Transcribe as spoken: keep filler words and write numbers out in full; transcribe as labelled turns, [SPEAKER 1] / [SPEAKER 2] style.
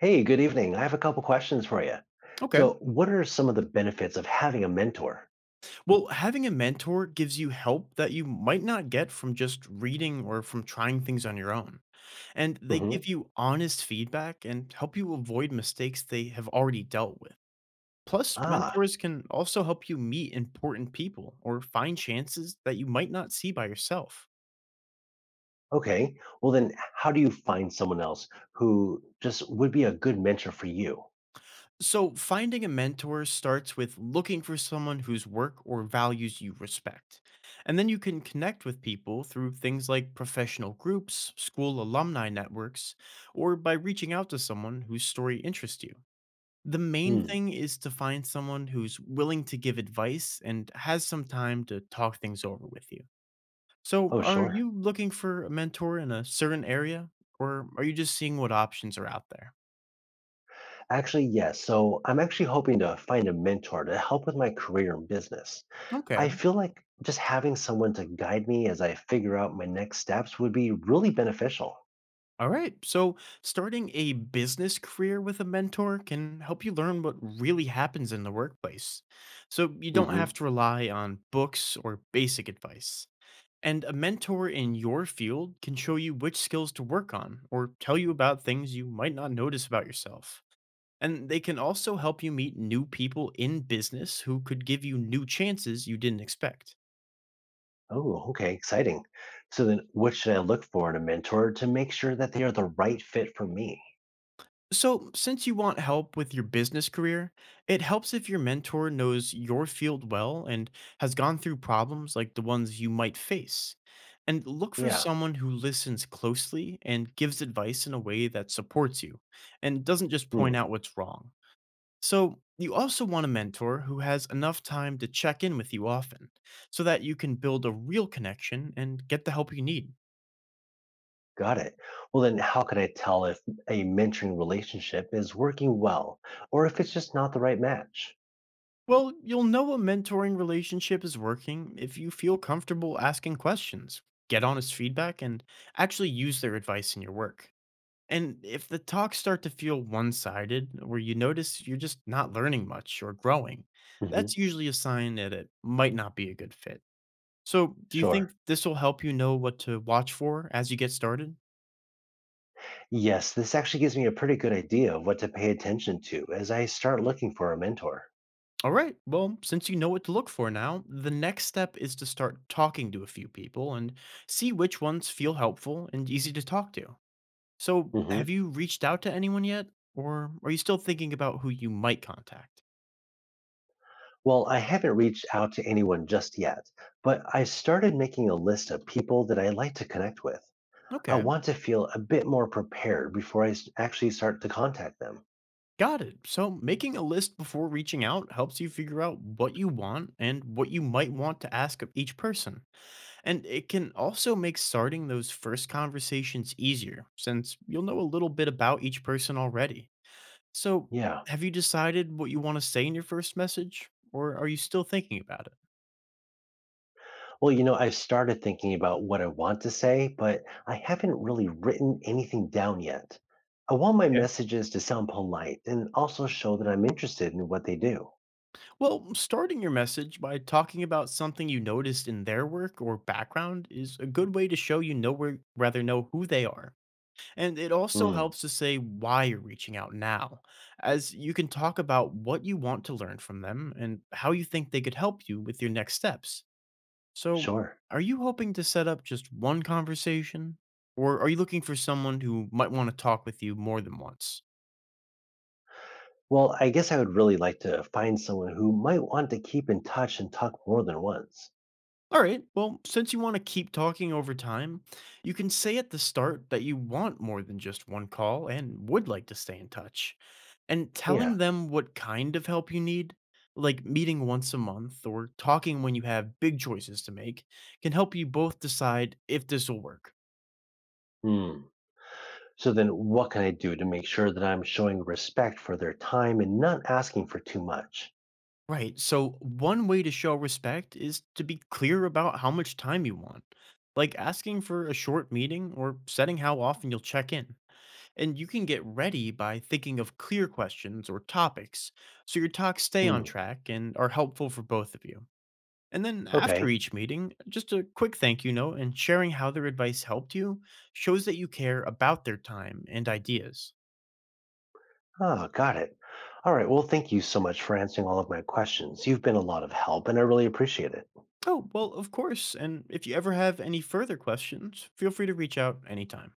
[SPEAKER 1] Hey, good evening. I have a couple questions for you.
[SPEAKER 2] Okay.
[SPEAKER 1] So, what are some of the benefits of having a mentor?
[SPEAKER 2] Well, having a mentor gives you help that you might not get from just reading or from trying things on your own. And they give
[SPEAKER 1] Hmm.
[SPEAKER 2] you honest feedback and help you avoid mistakes they have already dealt with. Plus,
[SPEAKER 1] Ah,
[SPEAKER 2] mentors can also help you meet important people or find chances that you might not see by yourself.
[SPEAKER 1] okay. Well, then, how do you find someone else who just would be a good mentor for you?
[SPEAKER 2] So, finding a mentor starts with looking for someone whose work or values you respect. And then you can connect with people through things like professional groups, school alumni networks, or by reaching out to someone whose story interests you. The main
[SPEAKER 1] Hmm.
[SPEAKER 2] thing is to find someone who's willing to give advice and has some time to talk things over with you. So,
[SPEAKER 1] Oh,
[SPEAKER 2] are
[SPEAKER 1] sure.
[SPEAKER 2] you looking for a mentor in a certain area, or are you just seeing what options are out there?
[SPEAKER 1] Actually, yes. So, I'm actually hoping to find a mentor to help with my career and business. I
[SPEAKER 2] Okay.
[SPEAKER 1] feel like just having someone to guide me as I figure out my next steps would be really beneficial.
[SPEAKER 2] All right. So, starting a business career with a mentor can help you learn what really happens in the workplace. So, you don't have
[SPEAKER 1] Hmm.
[SPEAKER 2] to rely on books or basic advice. And a mentor in your field can show you which skills to work on or tell you about things you might not notice about yourself. And they can also help you meet new people in business who could give you new chances you didn't expect.
[SPEAKER 1] Oh, okay, exciting. So then what should I look for in a mentor to make sure that they are the right fit for me?
[SPEAKER 2] So, since you want help with your business career, it helps if your mentor knows your field well and has gone through problems like the ones you might face. And look for
[SPEAKER 1] Yeah.
[SPEAKER 2] someone who listens closely and gives advice in a way that supports you and doesn't just
[SPEAKER 1] Hmm.
[SPEAKER 2] point out what's wrong. So, you also want a mentor who has enough time to check in with you often so that you can build a real connection and get the help you need.
[SPEAKER 1] Got it. Well, then how can I tell if a mentoring relationship is working well or if it's just not the right match?
[SPEAKER 2] Well, you'll know a mentoring relationship is working if you feel comfortable asking questions, get honest feedback, and actually use their advice in your work. And if the talks start to feel one sided, where you notice you're just not learning much or growing,
[SPEAKER 1] Hmm.
[SPEAKER 2] that's usually a sign that it might not be a good fit. So, do you
[SPEAKER 1] Sure.
[SPEAKER 2] think this will help you know what to watch for as you get started?
[SPEAKER 1] Yes, this actually gives me a pretty good idea of what to pay attention to as I start looking for a mentor.
[SPEAKER 2] All right. Well, since you know what to look for now, the next step is to start talking to a few people and see which ones feel helpful and easy to talk to. So, have
[SPEAKER 1] Hmm.
[SPEAKER 2] you reached out to anyone yet? Or are you still thinking about who you might contact?
[SPEAKER 1] Well, I haven't reached out to anyone just yet, but I started making a list of people that I like to connect with. I
[SPEAKER 2] Okay,
[SPEAKER 1] want to feel a bit more prepared before I s- actually start to contact them.
[SPEAKER 2] got it. So, making a list before reaching out helps you figure out what you want and what you might want to ask of each person. And it can also make starting those first conversations easier since you'll know a little bit about each person already. So,
[SPEAKER 1] Yeah.
[SPEAKER 2] have you decided what you want to say in your first message, or are you still thinking about it?
[SPEAKER 1] Well, you know, I've started thinking about what I want to say, but I haven't really written anything down yet. I want my
[SPEAKER 2] Okay.
[SPEAKER 1] messages to sound polite and also show that I'm interested in what they do.
[SPEAKER 2] Well, starting your message by talking about something you noticed in their work or background is a good way to show you know where, rather know who they are. And it also
[SPEAKER 1] Hmm.
[SPEAKER 2] helps to say why you're reaching out now, as you can talk about what you want to learn from them and how you think they could help you with your next steps. So,
[SPEAKER 1] Sure.
[SPEAKER 2] are you hoping to set up just one conversation? Or are you looking for someone who might want to talk with you more than once?
[SPEAKER 1] Well, I guess I would really like to find someone who might want to keep in touch and talk more than once.
[SPEAKER 2] All right, well, since you want to keep talking over time, you can say at the start that you want more than just one call and would like to stay in touch. And
[SPEAKER 1] Yeah.
[SPEAKER 2] telling them what kind of help you need, like meeting once a month or talking when you have big choices to make, can help you both decide if this will work.
[SPEAKER 1] Hmm. So then what can I do to make sure that I'm showing respect for their time and not asking for too much?
[SPEAKER 2] Right. So one way to show respect is to be clear about how much time you want, like asking for a short meeting or setting how often you'll check in. And you can get ready by thinking of clear questions or topics so your talks stay on
[SPEAKER 1] Hmm.
[SPEAKER 2] track and are helpful for both of you. And then after
[SPEAKER 1] Okay.
[SPEAKER 2] each meeting, just a quick thank you note and sharing how their advice helped you shows that you care about their time and ideas.
[SPEAKER 1] Oh, got it. All right. Well, thank you so much for answering all of my questions. You've been a lot of help, and I really appreciate it.
[SPEAKER 2] Oh, well, of course. And if you ever have any further questions, feel free to reach out anytime.